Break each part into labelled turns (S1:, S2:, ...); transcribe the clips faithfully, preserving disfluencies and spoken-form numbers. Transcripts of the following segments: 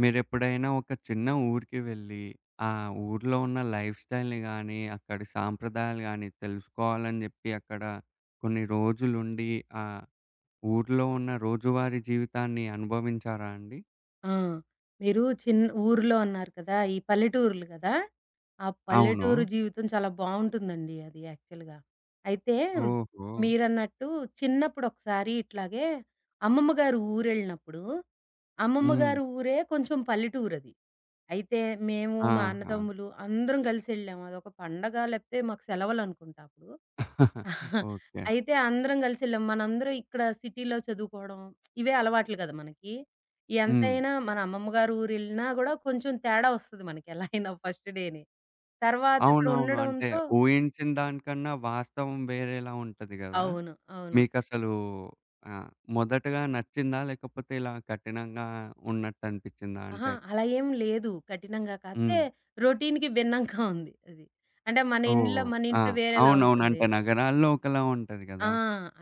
S1: మీరెప్పుడైనా ఒక చిన్న ఊరికి వెళ్ళి, ఆ ఊర్లో ఉన్న లైఫ్ స్టైల్‌ని గానీ, అక్కడి సాంప్రదాయాలు గానీ తెలుసుకోవాలని జెప్పి అక్కడ కొన్ని రోజులుండి, ఆ ఊర్లో ఉన్న రోజువారీ జీవితాన్ని అనుభవించారా అండి?
S2: ఆ! మీరు చిన్న ఊర్లో అన్నారు కదా! ఈ పల్లెటూర్లు కదా! ఆ
S1: అవును.
S2: పల్లెటూరు జీవితం చాలా బావుంటుందండి అది యాక్చువల్‌గా. అయితే
S1: ఓహో!
S2: మీరన్నట్టు చిన్నప్పుడు ఒకసారి ఇట్లాగే అమ్మమ్మ గారు ఊరెళ్ళినప్పుడు, అమ్మమ్మ
S1: హ్మ్.
S2: గారు ఊరే కొంచెం పల్లెటూరది. అయితే మేము మా
S1: ఆహా!
S2: అన్నదమ్ములు అందరం కలిసెళ్ళాము. అదొక పండగ లేపోతే మాకు సెలవులనుకుంటా అప్పుడు.
S1: ఓకే.
S2: అయితే అందరం కలిసెళ్ళాం. మనందరం ఇక్కడ సిటీలో చదువుకోవడం ఇవే అలవాట్లు కదా! మనకి.
S1: హ్మ్.
S2: ఎంతైనా మన అమ్మమ్మ గారి ఊరెళ్ళినా గూడా కొంచెం తేడా వస్తది మనకి ఎలా అయినా ఫస్ట్ డేనే. తర్వాత అక్కడ
S1: అవునవును. అంటే
S2: ఉండడంతో
S1: ఊహించిన దానికన్నా వాస్తవం వేరేలా ఉంటది గదా!
S2: అవును. అవును.
S1: మీకసలు ఆహ్, మొదటగా నచ్చిందా? లేకపోతే ఇలా కఠినంగా ఉన్నట్టనిపిచ్చిందా?
S2: అహా!
S1: అంటే
S2: అలా ఏం లేదు కఠినంగా.
S1: హ్మ్.
S2: కాతే రొటీన్‌కి భిన్నంగా ఉంది అది. అంటే మన ఇండ్ల
S1: ఓహ్!
S2: మన
S1: ఆ!
S2: ఇంట్లో వేరేలా
S1: అవునవును.
S2: ఉంటుంది.
S1: అంటే నగరాల్లో ఒకలా ఉంటది
S2: ఆ!
S1: గదా!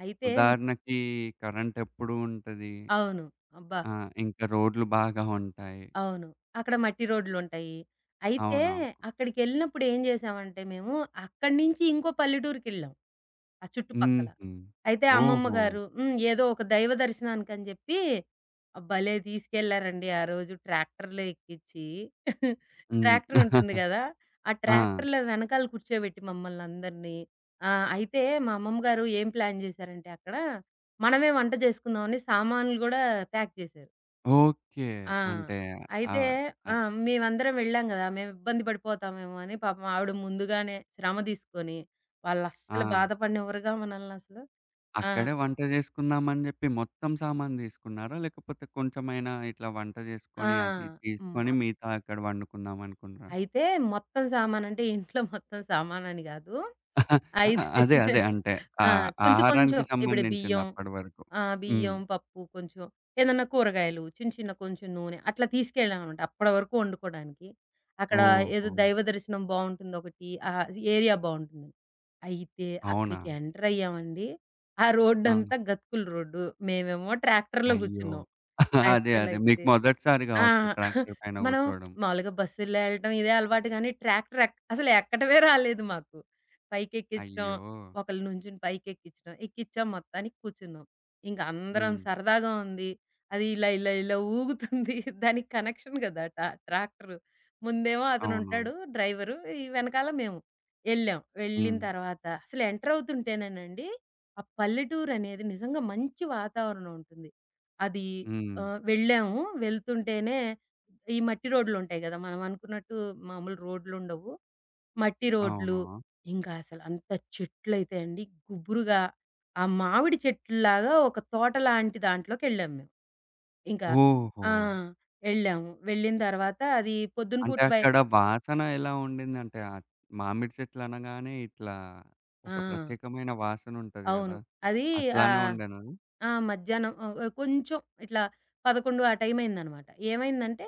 S2: అయితే
S1: ఉదాహరణకి కరెంటెప్పుడూ ఉంటది.
S2: అవును. అబ్బా!
S1: ఆ! ఇంకా రోడ్లు బాగా ఉంటాయి.
S2: అవును. అక్కడ మట్టి రోడ్లుంటాయి. అయితే
S1: అవునవును.
S2: అక్కడికెళ్ళినప్పుడు ఏం చేశామంటే మేము, అక్కడి నుంచి ఇంకో పల్లెటూరికెళ్ళాం. ఆ చుట్టుపక్కల.
S1: హుహు.
S2: అయితే అమ్మమ్మ
S1: ఓహో!
S2: గారు హ్మ్. ఏదో ఒక దైవ దర్శనానికని చెప్పి ఆ భలే తీసుకెళ్లారండి ఆ రోజు ట్రాక్టర్‌లో ఎక్కిచ్చి.
S1: హ్మ్.
S2: ట్రాక్టర్ ఉంటుంది కదా! ఆ
S1: ఆ!
S2: ట్రాక్టర్‌లో వెనకాల కూర్చోబెట్టి మమ్మల్నందరిని. ఆహ్, అయితే మా అమ్మమ్మ గారు ఏం ప్లాన్ చేశారంటే అక్కడ, మనమే వంట చేసుకుందామని సామాన్లు గూడా ప్యాక్ చేశారు.
S1: ఓకే.
S2: ఆ!
S1: అంటే
S2: అయితే
S1: ఆహ్,
S2: ఆ!
S1: అద్
S2: మేమందరం వెళ్ళాం గదా! మేము ఇబ్బంది పడిపోతామేమో అని పాపం ఆవిడ ముందుగానే శ్రమ తీసుకొని,
S1: ఆ!
S2: వాళ్ళస్సలు బాధపడనివ్వరుగా మనల్నసలు. ఆ!
S1: అక్కడే వంట జేసుకుందామని జెప్పి మొత్తం సామాను తీసుకున్నారా? లేకపోతే కొంచెమైనా ఇట్లా వంట
S2: ఆ!
S1: జేసుకొని అది
S2: హ్మ్. మొ
S1: తీసుకొని మిగతా అక్కడ వండుకుందాం అనుకున్నారా?
S2: అయితే మొత్తం సామానంటే ఇంట్లో మొత్తం సామానని గాదు.
S1: అహా!
S2: అయితే
S1: అదే. అదే. అంటే
S2: ఆ!
S1: ఆహ్,
S2: కొంచెం కొంచెం
S1: ఆహారానికి
S2: ఇప్పుడు
S1: సంబంధించింది
S2: బియ్యం
S1: అప్పటి వరకు.
S2: ఆ!
S1: హ్మ్.
S2: బియ్యం, పప్పు కొంచెం ఏదన్నా కూరగాయలు చిన్న చిన్న కొంచెం నూనె అట్లా తీసుకెళ్ళామనమాట. అప్పటి వరకు వండుకోడానికి. అక్కడ ఏదో
S1: ఓహో!
S2: దైవ దర్శనం బావుంటుంది ఒకటి. ఆహ్, ఏరియా బావుంటుంది. అయితే
S1: అవునా?
S2: అక్కడికి ఎంటర్ అయ్యామండి. ఆ
S1: ఆ!
S2: రోడ్డంతా గతుకుల రోడ్డు. మేమేమో ట్రాక్టర్‌లో
S1: అయ్యో!
S2: కూర్చున్నాం.
S1: అదే. అదే. మీకు
S2: అస్సలైతే
S1: మొదటిసారి
S2: ఆ!
S1: గావచ్చు ట్రాక్టర్ పైన
S2: మనం
S1: గూర్చోవడం.
S2: మామూలుగా బస్సుల్లో ఎళ్ళటం ఇదే అలవాటు గానీ, ట్రాక్టర్ ఎక్ అసలు ఎక్కటమే రాలేదు మాకు. పైకెక్కిచ్చడం,
S1: అయ్యో!
S2: ఒకళ్ళు నుంచుని పైకెక్కిచ్చడం, ఎక్కిచ్చాం మొత్తానికి కూర్చున్నాం. ఇంక అందరం
S1: హ్మ్.
S2: సరదాగా ఉంది. అది ఇలా, ఇలా, ఇలా ఊగుతుంది. దానికి కనెక్షన్ గదా! టా ట్రాక్టరు. ముందేమో
S1: అవును.
S2: అతనుంటాడు డ్రైవరు, ఈ వెనకాల మేము. ఎళ్ళాం. వెళ్ళిన
S1: హ్మ్.
S2: తర్వాత అసలు ఎంటరవుతుంటేనేనండి, ఆ పల్లెటూరనేది నిజంగా మంచి వాతావరణం ఉంటుంది. అది
S1: హ్మ్.
S2: ఆహ్, వెళ్ళాము. వెళ్తుంటేనే ఈ మట్టి రోడ్లుంటాయి గదా! మనం అనుకున్నట్టు మామూలు రోడ్లుండవు. మట్టి రోడ్లు,
S1: అవును.
S2: ఇంకా అసలు అంత చెట్లయితే అండి గుబురుగా ఆ మామిడి చెట్లులాగా ఒక తోట లాంటి దాంట్లోకెళ్ళాం మేము. ఇంకా
S1: ఓహో!
S2: ఆ! వెళ్ళాము. వెళ్ళిన తర్వాత అది పొద్దున
S1: అంటే
S2: పూట బయ
S1: అక్కడ వాసన ఎలా ఉండిందంటే, ఆహ్, మామిడి చెట్లు అనగానే ఇట్లా
S2: ఆ!
S1: ఒక ప్రత్యేకమైన వాసన ఉంటది
S2: అవును.
S1: గదా!
S2: అది
S1: అట్లానే
S2: ఆహ్
S1: ఉండేనా?
S2: ఆ! మధ్యాహ్నం ఆహ్, ఆహ్, కొంచెం ఇట్లా పదకొండు ఆ టైం అయిందనమాట. ఏమైందంటే,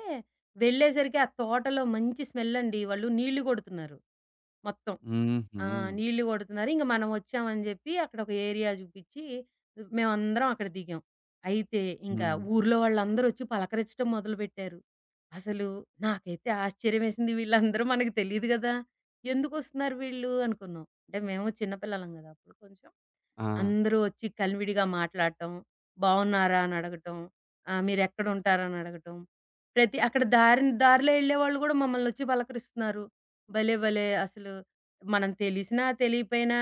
S2: వెళ్ళేసరికి ఆ తోటలో మంచి స్మెల్లండి. వాళ్ళు నీళ్లు గొడుతున్నారు మొత్తం.
S1: హుహు.
S2: ఆ! నీళ్లు గొడుతున్నారు. ఇంక మనం వచ్చామని జెప్పి అక్కడ ఒక ఏరియా జూపిచ్చి, మేమందరం అక్కడ దిగాం. అయితే ఇంక
S1: హ్మ్.
S2: ఊర్లో వాళ్ళందరూ వచ్చి పలకరించడం మొదలుబెట్టారు. అసలు నాకైతే ఆశ్చర్యమేసింది. వీళ్ళందరూ మనకు తెలీదు గదా! ఎందుకొస్తున్నారు వీళ్ళు అనుకున్నాం. అంటే మేము చిన్న పిల్లలం గదా! అప్పుడు కొంచెం.
S1: ఆ!
S2: అందరూ వచ్చి కలివిడిగా మాట్లాడటం, బావున్నారా అని అడగటం, ఆహ్, మీరెక్కడుంటారని అడగటం. ప్రతి అక్కడ దారిన దారిలో ఎళ్ళేవాళ్ళు గూడా మమ్మల్నొచ్చి పలకరిస్తున్నారు. భలే! భలే! అసలు మనం తెలిసినా, తెలియపోయినా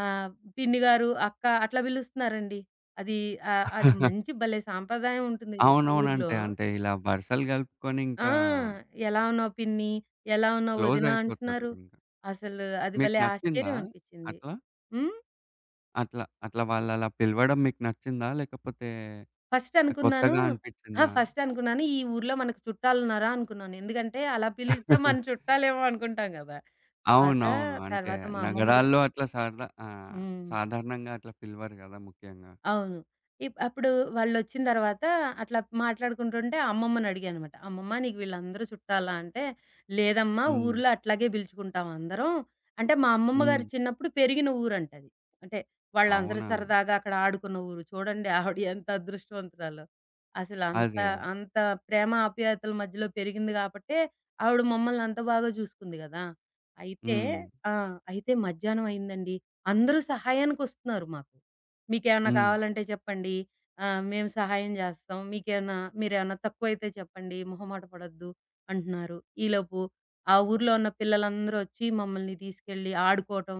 S2: ఆహ్, పిన్ని గారు, అక్క అట్లా పిలుస్తున్నారండి. అది ఆహ్, అది మంచి భలే సాంప్రదాయం ఉంటుంది ఊర్లో.
S1: అవునవునంటే అంటే ఇలా వరుసలు గలుపుకొని
S2: ఆ!
S1: ఇంకా
S2: ఎలా ఉన్నావు పిన్ని? ఎలా ఉన్నావు
S1: క్లోజ్
S2: వదినా?
S1: అయిపోతారు
S2: అంటున్నారు.
S1: ఇంక.
S2: అసలు అది
S1: మీకు
S2: భలే
S1: నచ్చిందా
S2: ఆశ్చర్యం అనిపిచ్చింది.
S1: అట్లా?
S2: హ్మ్.
S1: అట్లా అట్లా వాళ్ళలా పిలవడం మీకు నచ్చిందా? లేకపోతే
S2: ఫస్ట్ అనుకున్నాను
S1: కొత్తగా
S2: ఆ!
S1: అనిపించిందా?
S2: ఫస్ట్ అనుకున్నాను ఈ ఊర్లో మనకు చుట్టాలున్నారా అనుకున్నాను. ఎందుకంటే అలా పిలిస్తే మన చుట్టాలేమో అనుకుంటాం గదా! తర్వాత
S1: అవునవును. అంటే
S2: తర్వాత మా అమ్మమ్మ జె
S1: నగరాల్లో అట్లా సారదా ఆహ్,
S2: హ్మ్.
S1: సాధారణంగా అట్లా పిలవరు గదా! ముఖ్యంగా.
S2: అవును. ఇప్ అప్పుడు వాళ్ళొచ్చిన తర్వాత అట్లా మాట్లాడుకుంటుంటే అమ్మమ్మని అడిగానమాట. అమ్మమ్మ నీకు వీళ్ళందరూ చుట్టాలా? అంటే, లేదమ్మా
S1: హ్మ్.
S2: ఊర్లో అట్లాగే పిలుచుకుంటాం అందరం. అంటే మా అమ్మమ్మ
S1: హ్మ్.
S2: గారు చిన్నప్పుడు పెరిగిన ఊరంటది. అంటే వాళ్ళందరూ
S1: అవునా?
S2: సరదాగా అక్కడ ఆడుకున్న ఊరు. చూడండి ఆవిడ ఎంత అదృష్టవంతురాలో. అసలు అంత,
S1: అదే. అదే.
S2: అంత ప్రేమ ఆప్యాయతల మధ్యలో పెరిగింది కాబట్టే ఆవిడ మమ్మల్ని అంత బాగా చూసుకుంది గదా! అయితే
S1: హ్మ్.
S2: ఆ! అయితే మధ్యాహ్నం అయిందండి. అందరూ సహాయానికొస్తున్నారు మాకు. మీకేమన్నా
S1: హ్మ్.
S2: కావాలంటే చెప్పండి. ఆహ్, మేము సహాయం జేస్తాం. మీకేమన్నా మీరేమన్నా తక్కువైతే చెప్పండి. మొహమాట పడొద్దు" అంటున్నారు. ఈలోపు ఆ ఊర్లో ఉన్న పిల్లలందరూ ఒచ్చి మమ్మల్ని తీసుకెళ్ళి ఆడుకోవటం.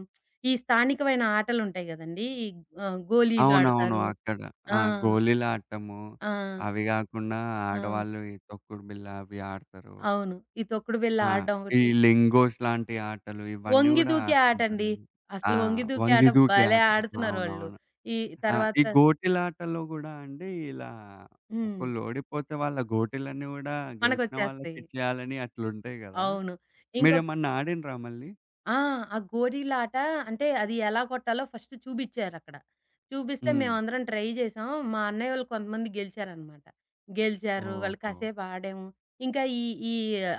S2: ఈ స్థానికమైన ఆటలుంటాయి గదండీ! ఈ ఆహ్, గోలీలు
S1: అవునవును.
S2: ఆడతారు.
S1: అక్కడ
S2: ఆ!
S1: ఆ! గోళీలాటము,
S2: ఆ!
S1: అవి గాకుండా
S2: ఆ!
S1: ఆడవాళ్ళు ఈ తొక్కుడు బిళ్ళ అవి ఆడతారు.
S2: అవును. ఈ తొక్కుడు బిళ్ళ
S1: ఆ!
S2: ఆడడం
S1: ఈ
S2: ఒకటి.
S1: లింగోస్ లాంటి ఆటలు ఇవన్నీ
S2: ఒంగి
S1: గూడా
S2: దూకే
S1: ఆడుతుంటారు
S2: ఆటండి.
S1: గదా! ఆ!
S2: అసలు ఒంగి దూకే
S1: వంగి
S2: ఆట
S1: దూకే
S2: భలే
S1: ఆట.
S2: ఆడుతున్నారు వాళ్ళు.
S1: అవునవును.
S2: ఈ
S1: ఆ! ఈ
S2: తర్వాత
S1: గోటీలాటలో గూడా అండి ఇలా
S2: హ్మ్.
S1: ఒకళ్ళు ఓడిపోతే వాళ్ళ గోటీలన్నీ గూడా గెలిచిన
S2: మనకొచ్చేస్తాయి.
S1: వాళ్ళకిచ్చేయాలని అట్లుంటాయి గదా!
S2: అవును. ఇంకో
S1: మీరేమన్నా ఆడిండ్రా మళ్ళీ?
S2: ఆ! ఆ గోలీలాట అంటే అది ఎలా కొట్టాలో ఫస్ట్ చూపిచ్చారక్కడ. చూపిస్తే
S1: హ్మ్.
S2: మేమందరం ట్రై చేసాం. మా అన్నయ్య వాళ్ళు కొంతమంది గెలిచారనమాట. గెలిచారు. వాళ్ళు
S1: ఓహో!
S2: కాసేపు ఆడాము. ఇంకా ఈ ఈ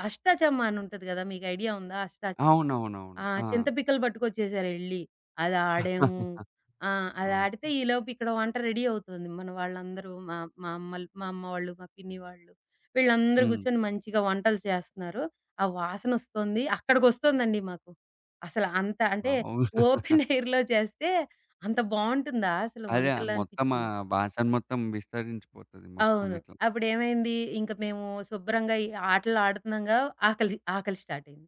S2: అష్టాచెమ్మ అని ఉంటది కదా! మీకు ఐడియా ఉందా? అష్టాచెమ్మ.
S1: అవునవునవును.
S2: ఆ!
S1: ఆ!
S2: చింత పిక్కలు పట్టుకొచ్చేసారు ఎళ్లి. అది ఆడాము. ఆ! అది ఆడితే
S1: ఓకే.
S2: ఈలోపు ఇక్కడ వంట రెడీ అవుతుంది. మన వాళ్ళందరూ మా మా అమ్మలు మా అమ్మ వాళ్ళు, మా పిన్ని వాళ్ళు వీళ్ళందరూ
S1: హ్మ్.
S2: కూర్చొని మంచిగా వంటలు చేస్తున్నారు. ఆ వాసనొస్తుంది. అక్కడికొస్తుందండి మాకు. అసలు అంత అంటే
S1: అవును.
S2: ఓపెన్ ఎయిర్‌లో చేస్తే అంత బావుంటుందా అసలు
S1: అదే
S2: వంటలు
S1: మొత్తం ఆ
S2: అనిపించింది.
S1: వాసన మొత్తం విస్తరించిపోతది మొత్తం
S2: అవును.
S1: ఇట్లా.
S2: అప్పుడేమైంది, ఇంక మేము శుభ్రంగా ఈ ఆటలాడుతున్నాంగా ఆకలి ఆకలి స్టార్ట్ అయింది.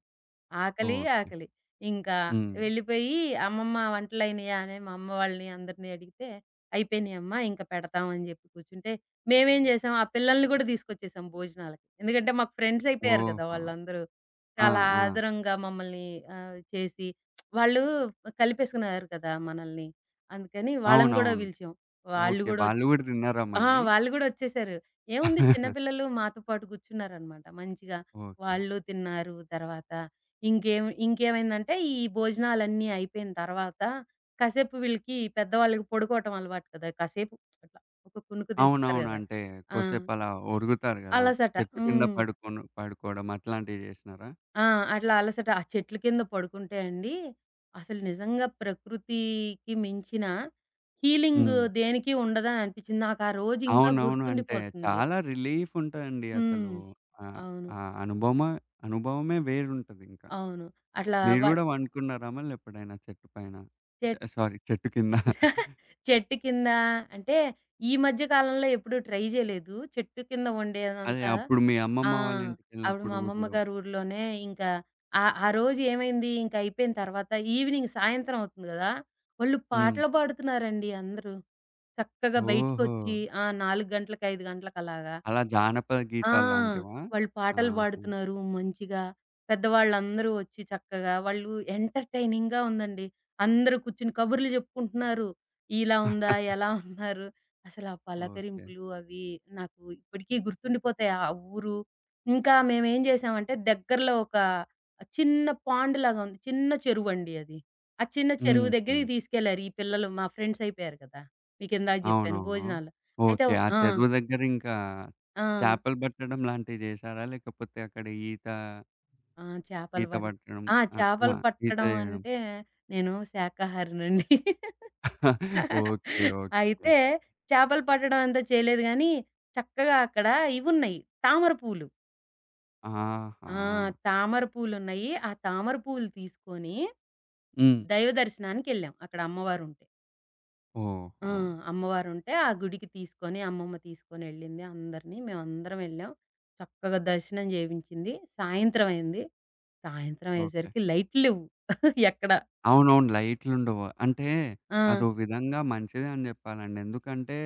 S2: ఆకలి,
S1: ఓకే.
S2: ఆకలి. ఇంకా
S1: హ్మ్.
S2: వెళ్ళిపోయి "అమ్మమ్మ వంటలయినియా" అని మా అమ్మ వాళ్ళని అందరిని అడిగితే, "అయిపోయినియమ్మా ఇంక పెడతాం" అని జెప్పి కూర్చుంటే, మేమేం జేసాం ఆ పిల్లల్ని గూడా తీసుకొచ్చేసాం భోజనాలకి. ఎందుకంటే మాకు ఫ్రెండ్స్ అయిపోయారు గదా!
S1: ఓహో!
S2: వాళ్ళందరూ.
S1: ఆ!
S2: చాలా
S1: ఆ!
S2: ఆదరంగా మమ్మల్ని ఆహ్, చేసి వాళ్ళు కలిపేసుకున్నారు కదా! మనల్ని. అందుకని వాళ్ళని గూడా
S1: అవునవును.
S2: పిలిచాం. వాళ్ళు
S1: ఓకే.
S2: గూడా
S1: వాళ్ళు గూడా తిన్నారా
S2: ఆ!
S1: మళ్ళీ?
S2: వాళ్ళు గూడా ఒచ్చేసారు. ఏముంది చిన్న పిల్లలు మాతో పాటు కూర్చున్నారనమాట మంచిగా.
S1: ఓకే.
S2: వాళ్ళు తిన్నారు. తర్వాత ఇంకేం ఇంకేమైందంటే ఈ భోజనాలన్నీ అయిపోయిన తర్వాత కాసేపు వీళ్ళకి పెద్దవాళ్ళకి పడుకోవటం అలవాటు కదా! కాసేపు అట్లా ఒక కునుకు తీస్తారు
S1: అవునవును.
S2: గదా!
S1: అంటే
S2: ఆ!
S1: కొద్దిసేపు అలా ఒరుగుతారు గదా!
S2: అలసట.
S1: చెట్టు కింద
S2: హ్మ్.
S1: పడుకొను పడుకోవడం అట్లాంటివి జేసినారా?
S2: ఆ! అట్లా అలసట. ఆ చెట్ల కింద పడుకుంటే అండి అసలు నిజంగా ప్రకృతికి మించిన హీలింగ్
S1: హ్మ్.
S2: దేనికి ఉండదని అనిపిచ్చింది. నాకు ఆ రోజు ఇంకా
S1: అవునవును. అంటే
S2: గుర్తుండిపోతుంది.
S1: చాలా రిలీఫ్ ఉంటదండి అసలు.
S2: హ్మ్.
S1: ఆ!
S2: అవును.
S1: ఆ అనుభవమ అనుభవమే వేరుంటదింకా.
S2: అవును. అట్లా
S1: మీరు
S2: వ
S1: గూడా వండుకున్నారా మళ్ళెప్పుడైనా చెట్టు పైన? చ
S2: చెట్
S1: సారీ చెట్టు కింద.
S2: చెట్టు కింద అంటే ఈ మధ్య కాలంలో ఎప్పుడు ట్రై చేయలేదు. చెట్టు కింద
S1: అదే
S2: వండేదంతా
S1: అప్పుడు మీ
S2: ఆ!
S1: అమ్మమ్మ వాళ్ళ
S2: అప్పుడు
S1: ఇంటికెళ్ళినప్పుడు
S2: మా అమ్మమ్మ
S1: ఊర్లో.
S2: గారి ఊర్లోనే ఇంకా ఆ ఆ రోజు ఏమైంది ఇంక అయిపోయిన తర్వాత ఈవినింగ్ సాయంత్రం అవుతుంది గదా! వాళ్ళు
S1: హ్మ్.
S2: పాటలు పాడుతున్నారండి అందరూ. చక్కగా
S1: ఓహో!
S2: బయటికొచ్చి ఆ! నాలుగు గంటలకి, ఐదు గంటలకి అలాగా.
S1: అలా జానపద
S2: ఆ!
S1: గీతాల్లాంటివా?
S2: వాళ్ళు పాటలు
S1: ఆహా!
S2: పాడుతున్నారు మంచిగా. పెద్దవాళ్ళందరూ వచ్చి చక్కగా వాళ్ళు ఎంటర్‌టైనింగ్‌గా ఉందండి. అందరూ కూర్చొని కబుర్లు చెప్పుకుంటున్నారు. ఇలా ఉందా? ఎలా ఉన్నారు? అసలు ఆ
S1: ఓకే.
S2: పలకరింపులు అవి నాకు ఇప్పటికీ గుర్తుండిపోతాయి ఆ ఊరు. ఇంకా మేమేం చేసామంటే దగ్గరలో ఒక చిన్న పాండ్ లాగా ఉంది. చిన్న చెరువండి అది. ఆ చిన్న చెరువు
S1: హుహు.
S2: దగ్గరికి తీసుకెళ్లారు. ఈ పిల్లలు మా ఫ్రెండ్స్ అయిపోయారు కదా! మీకిందాక చెప్పాను
S1: అవునవును.
S2: భోజనాలు. అయితే
S1: ఓకే. ఆ
S2: ఆ!
S1: చెరువు దగ్గర ఇంకా
S2: ఆ!
S1: చేపలు పట్టడం లాంటివి జేశారా? లేకపోతే అక్కడ ఈత,
S2: ఆ! చేపలు
S1: ఈత
S2: పట్
S1: పట్టడం
S2: ఆ!
S1: ఆ! ఆ!
S2: చేపలు
S1: ఈత
S2: పట్టడం
S1: జేయడం.
S2: అంటే నేను శాకాహారినండి.
S1: ఓకే. ఓకే.
S2: అయితే చేపలు పట్టడం అంతా చేయలేదు గానీ, చక్కగా అక్కడ ఇవున్నాయి తామర పూలు.
S1: ఆహా!
S2: ఆ! తామర పూలున్నాయి. ఆ తామర పూలు తీసుకొని
S1: హ్మ్.
S2: దైవ దర్శనానికెళ్ళాం. అక్కడ అమ్మవారుంటే. ఆ!
S1: ఓహో!
S2: అమ్మవారుంటే ఆ గుడికి తీసుకొని అమ్మమ్మ తీసుకొనెళ్ళింది అందరిని. మేమందరం ఎళ్ళాం. చక్కగా దర్శనం చేపించింది. సాయంత్రం అయింది. సాయంత్రం
S1: ఓకే.
S2: అయ్యేసరికి లైట్లు లేవు ఎక్కడ.
S1: అవునవును. లైట్లుండవు. అంటే
S2: ఆ!
S1: అదో విధంగా మంచిదే అని జెప్పాలండి. ఎందుకంటే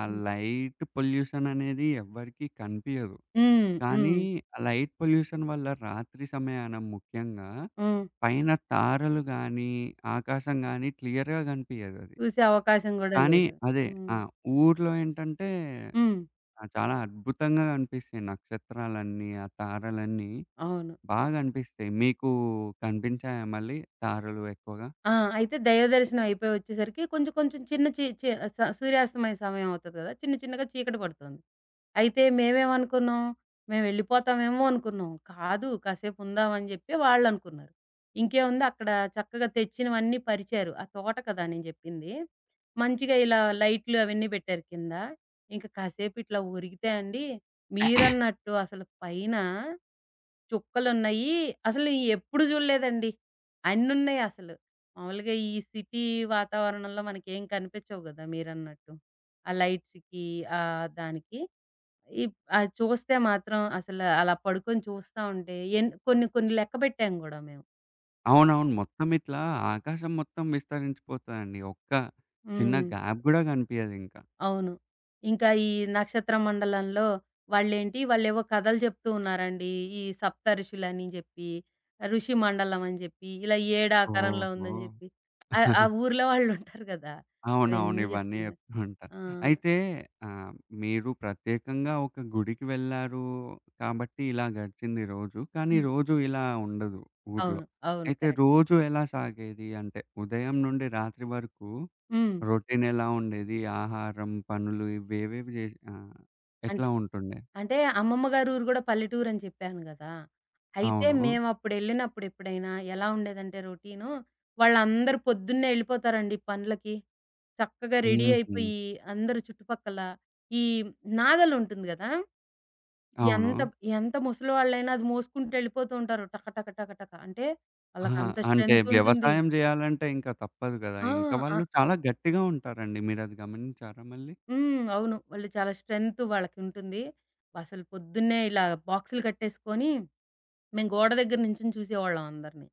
S1: ఆ
S2: హ్మ్.
S1: లైట్ పొల్యూషన్ అనేది ఎవ్వరికీ కనిపియదు.
S2: హ్మ్.
S1: కానీ
S2: హ్మ్.
S1: ఆ లైట్ పొల్యూషన్ వల్ల రాత్రి సమయాన ముఖ్యంగా
S2: హ్మ్.
S1: పైన తారలు గానీ, ఆకాశం గానీ క్లియర్‌గా గనిపియదది.
S2: చూసే అవకాశం గూడా
S1: కానీ
S2: లేదు.
S1: అదే
S2: హ్మ్.
S1: ఆ! ఊర్లో ఏంటంటే
S2: హ్మ్.
S1: ఆ! చాలా అద్భుతంగా గనిపిస్తాయి నక్షత్రాలన్నీ, ఆ తారలన్నీ
S2: అవును.
S1: బా గనిపిస్తాయి. మీకు కనిపించాయా మళ్ళీ తారలు ఎక్కువగా?
S2: ఆ! అయితే దైవ దర్శనం అయిపోయి వచ్చేసరికి కొంచెం కొంచెం చిన్న చి చి స సూర్యాస్తమయ సమయం అవుతది గదా! చిన్న చిన్నగా చీకటి పడుతోంది. అయితే మేమేమనుకున్నాం, మేమెళ్ళిపోతామేమో అనుకున్నాం. కాదు కాసేపుందామని చెప్పి వాళ్ళనుకున్నారు. ఇంకేముంది అక్కడ చక్కగా తెచ్చినవన్నీ పరిచారు. ఆ తోట కదా నేను జెప్పింది. మంచిగా ఇలా లైట్లు అవన్నీ బెట్టారు కింద. ఇంక కాసేపిట్లా ఒరిగితే అండి, మీరన్నట్టు అసలు పైన చుక్కలున్నయి. అసలు ఈ ఎప్పుడు జూడలేదండి. అన్నున్నయి అసలు. మామూలుగా ఈ సిటీ వాతావరణంలో మనకేం కనిపిచ్చవు గదా! మీరన్నట్టు. ఆ లైట్స్‌కి, ఆ దానికి. ఇప్ అది చూస్తే మాత్రం అసలు అలా పడుకొని చూస్తా ఉంటే ఎన్ కొన్ని కొన్ని లెక్క పెట్టాం గూడా మేము.
S1: అవునవును. మొత్తం ఇట్లా ఆకాశం మొత్తం విస్తరించిపోతదండి. ఒక్క చిన్న
S2: హ్మ్.
S1: గ్యాప్ గూడా కనిపియదింకా.
S2: అవును. ఇంకా ఈ నక్షత్ర మండలంలో వాళ్ళేంటి వాళ్ళేవో కథలు చెప్తూ ఉన్నారండి. ఈ సప్తఋషులని జెప్పి, ఋషి మండలం అని జెప్పి, ఇలా ఏడు ఆకారంలో
S1: ఓహో!
S2: ఉందని జెప్పి ఆ ఆ ఊర్లో వాళ్ళుంటారు గదా!
S1: అవునవును.
S2: అవన్నీ
S1: ఇవన్నీ
S2: జెప్తున్నారు.
S1: చెప్తూ ఉంటా.
S2: ఆ!
S1: అయితే ఆహ్, మీరు ప్రత్యేకంగా ఒక గుడికి వెళ్లారు కాబట్టి ఇలా గడిచింది రోజు. కానీ
S2: హ్మ్.
S1: రోజు ఇలా ఉండదు ఊర్లో.
S2: అవును. అవును.
S1: అయితే
S2: కరెక్ట్.
S1: రోజు ఎలా సాగేది? అంటే ఉదయం నుండి రాత్రి వరకు
S2: హ్మ్.
S1: రొటీన్ ఎలా ఉండేది? ఆహారం, పనులు ఇవేవేవి జేసి ఆహ్,
S2: అంటే
S1: ఎట్లా ఉంటుండే?
S2: అంటే అమ్మమ్మ గారి ఊరు గూడా పల్లెటూరని చెప్పాను గదా! అయితే
S1: అవును.
S2: మేమప్పుడెళ్ళినప్పుడు ఎప్పుడైనా ఎలా ఉండేదంటే రొటీను, వాళ్ళందరూ పొద్దున్నే ఎళ్ళిపోతారండి పనులకి. చక్కగా రెడీ
S1: హుహు.
S2: అయిపోయి అందరూ చుట్టుపక్కల ఈ నాగలుంటుంది గదా!
S1: అవును.
S2: ఎంత ఎంత ముసలివాళ్ళైనా అది మోసుకుంటూ ఎళ్ళిపోతూ ఉంటారు. టక టక టక టక. అంటే
S1: అహా!
S2: వాళ్ళకంత
S1: అంటే
S2: స్ట్రెంత్ ఉంటుంది.
S1: వ్యవసాయం జేయాలంటే ఇంక తప్పదు గదా!
S2: ఆ!
S1: ఇంక
S2: ఆ!
S1: వాళ్ళు చాలా గట్టిగా ఉంటారండి. మీరది గమనించారా మళ్ళీ?
S2: హ్మ్. అవును. వాళ్ళు చాలా స్ట్రెంత్ వాళ్ళకుంటుంది. అసలు పొద్దున్నే ఇలా బాక్సులు కట్టేసుకొని మేము గోడ దగ్గర నించొని చూసేవాళ్ళం అందరిని.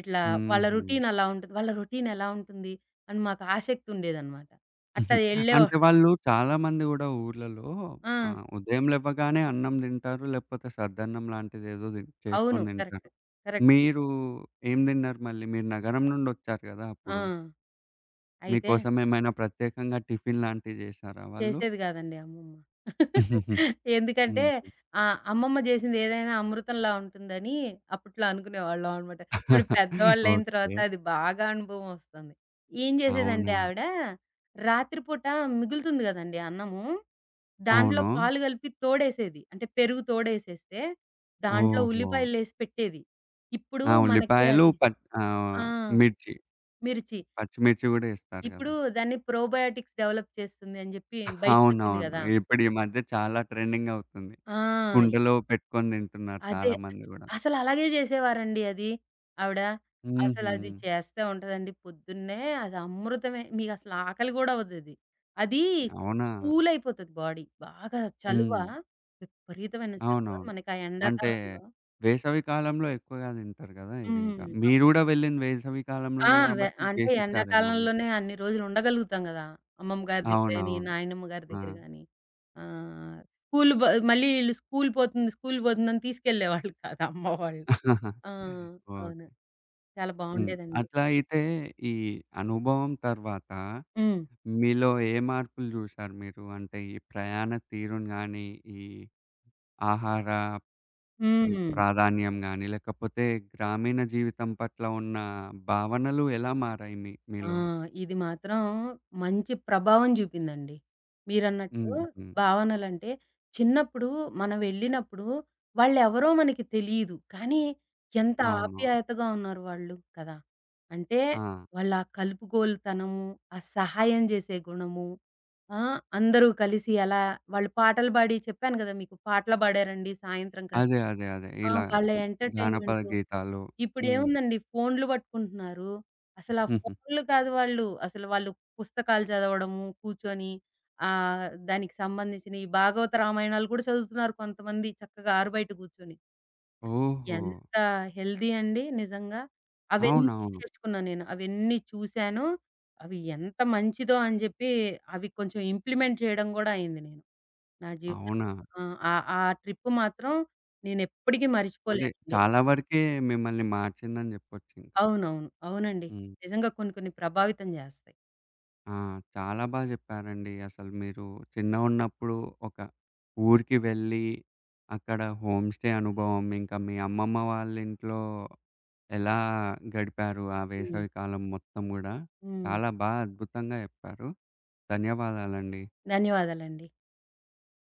S2: ఇట్లా వాళ్ళ
S1: హుహు.
S2: రొటీన్ అలా ఉంటది. వాళ్ళ రొటీన్ ఎలా ఉంటుంది అని మాకు ఆసక్తి ఉండేదనమాట. అట్లా ఎళ్ళేవా
S1: అంటే వాళ్ళు చాలా మంది గూడా ఊర్లలో
S2: ఆ!
S1: ఆహ్, ఉదయం లెవ్వగానే అన్నం దింటారు. లేకపోతే సద్దన్నం లాంటిదేదో ది
S2: అవును.
S1: చేసుకొని దింటారు.
S2: కరెక్ట్. కరెక్ట్.
S1: మీరు ఏం దిన్నారు మళ్ళీ? మీరు నగరం నుండొచ్చారు గదా!
S2: ఆ!
S1: అప్పుడు.
S2: అయితే
S1: మీకోసం ఏమైనా ప్రత్యేకంగా టిఫిన్ లాంటివి జేశారా వాళ్ళు?
S2: చేసేది కాదండి అమ్మమ్మ.
S1: హుహు.
S2: ఎందుకంటే ఆహ్, అమ్మమ్మ జేసింది ఏదైనా అమృతంలా ఉంటుందని అప్పట్లో అనుకునేవాళ్ళం అన్నమాట. ఇప్పుడు పెద్దవాళ్ళయిన
S1: ఓకే.
S2: తర్వాత అది బాగా అనుభవం వస్తుంది. ఏం జేసేదంటే
S1: అవునా?
S2: ఆవిడ రాత్రి పూట మిగులుతుంది గదండీ అన్నము. దాంట్లో
S1: అవును.
S2: పాలు గలిపి తోడేసేది. అంటే పెరుగు తోడేసేస్తే దాంట్లో
S1: ఓహో!
S2: ఉల్లిపాయలేసి పెట్టేది. ఇప్పుడు
S1: ఆ!
S2: మనకి
S1: ఉల్లిపాయలు,
S2: అది
S1: పచ్
S2: ఆ!
S1: ఆహ్, మిర్చి,
S2: మిర్చి.
S1: పచ్చిమిర్చి గూడా ఏస్తారు గదా!
S2: ఇప్పుడు దాన్ని ప్రోబయోటిక్స్ డెవలప్ చేస్తుంది అని జెప్పి బయటికొచ్చింది
S1: అవునవును.
S2: గదా!
S1: ఇప్పుడు ఈ మధ్య చాలా ట్రెండింగ్ అవుతుంది.
S2: ఆ! ఇ
S1: కుండలో పెట్టుకొని తింటున్నారు
S2: అదే.
S1: చాలా మంది గూడా.
S2: అసలలాగే జేసేవారండి అది ఆవిడ.
S1: హుహు.
S2: అసలది చేస్తా ఉంటదండి పొద్దున్నే అది అమృతమే. మీకసలు ఆకలి గూడా అవ్వదది. అది
S1: అవునా?
S2: కూల్ అయిపోతది బాడీ. బాగా చలువ,
S1: హ్మ్.
S2: విపరీతమైన చలువ.
S1: అవునవును.
S2: మనకి ఆ
S1: అంటే
S2: ఎండాకాలంలో
S1: వేసవి కాలంలో ఎక్కువగా తింటారు గదా! ఇదింకా.
S2: హ్మ్.
S1: మీరు గూడా వెళ్ళింది వేసవి
S2: ఆ!
S1: కాలంలోనే
S2: వె
S1: గాబట్టి
S2: అంటే
S1: చేసిచ్చారేమో మీకు.
S2: ఎండాకాలంలోనే అన్ని రోజులు ఉండగలుగుతాం గదా! అమ్మమ్మ గారి దగ్గరని,
S1: అవునవును.
S2: నాయనమ్మ గారి
S1: ఆ!
S2: దగ్గర గాని. ఆహ్, స్కూలు బ మళ్ళీ ఈళ్ళు స్కూలు పోతుంది, స్కూలు పోతుందని తీసుకెళ్ళేవాళ్ళు కాదు అమ్మ వాళ్ళు. ఆ! అవును.
S1: ఓకే.
S2: చాలా
S1: హ్మ్.
S2: బావుండేదండి.
S1: అట్లా అయితే ఈ అనుభవం తర్వాత
S2: హ్మ్.
S1: మీలో ఏ మార్పులు జూశారు మీరు? అంటే ఈ ప్రయాణ తీరును గాని, ఈ ఆహార హ్మ్,
S2: హ్మ్.
S1: ప్రాధాన్యం గాని, లేకపోతే గ్రామీణ జీవితం పట్ల ఉన్న భావనలు ఎలా మారాయి మీ
S2: ఆ!
S1: మీలో?
S2: ఇది మాత్రం మంచి ప్రభావం జూపిందండి. మీరన్నట్టు
S1: హుహు.
S2: భావనలంటే, చిన్నప్పుడు మనం వెళ్ళినప్పుడు వాళ్ళెవరో మనకి తెలీదు. కానీ ఎంత
S1: అవును.
S2: ఆప్యాయతగా ఉన్నారు వాళ్ళు కదా! అంటే
S1: ఆ!
S2: వాళ్ళ కలుపుగోలుతనము, ఆ సహాయం జేసే గుణము, ఆ! అందరూ కలిసి అలా వాళ్ళు పాటలు బాడి చెప్పాను గదా! మీకు పాటలు బాడారండి సాయంత్రం కలిసి.
S1: అదే. అదే. అదే.
S2: ఆ!
S1: ఇలా
S2: వాళ్ళ
S1: జానపద
S2: ఎంటర్‌టైన్‌మెంటు
S1: గీతాలు. హ్మ్.
S2: ఇప్పుడేముందండి ఫోన్‌లు పట్టుకుంటున్నారు. అసలా
S1: హుహు.
S2: ఫోన్‌లు కాదు వాళ్ళు. అసలు వాళ్ళు పుస్తకాలు చదవడము, కూర్చొని ఆహ్, దానికి సంబంధించిన ఈ భాగవత రామాయణాలు కూడా చదువుతున్నారు కొంతమంది చక్కగా ఆరుబయట కూర్చొని.
S1: ఓహో!
S2: ఎంత హెల్తీ అండి నిజంగా. అవన్నీ
S1: అవునవును.
S2: నేర్చుకున్నా నేను. అవన్నీ చూసాను. అవి ఎంత మంచిదో అని చెప్పి అవి కొంచెం ఇంప్లిమెంట్ చేయడం కూడా అయింది నేను. నా జీవితంలో.
S1: అవునా?
S2: ఆ! ఆ ట్రిప్ మాత్రం నేనెప్పటికీ
S1: అదే
S2: మర్చిపోలేనండి.
S1: చాలా వరకే మిమ్మల్ని మార్చిందని జెప్పొచ్చింకా.
S2: అవునవును. అవునండి.
S1: హ్మ్.
S2: నిజంగా కొన్ని కొన్ని ప్రభావితం జేస్తాయి.
S1: ఆ! చాలా బా జెప్పారండి. అసలు మీరు చిన్నగున్నప్పుడు ఒక ఊరికి వెళ్ళి, అక్కడ హోమ్ స్టే అనుభవం, ఇంకా మీ అమ్మమ్మ వాళ్ళింట్లో ఎలా గడిపారు ఆ
S2: హ్మ్.
S1: వేసవి కాలం మొత్తం గూడా,
S2: హ్మ్.
S1: చాలా బా అద్భుతంగా జెప్పారు. ధన్యవాదాలండి.
S2: ధన్యవాదాలండి.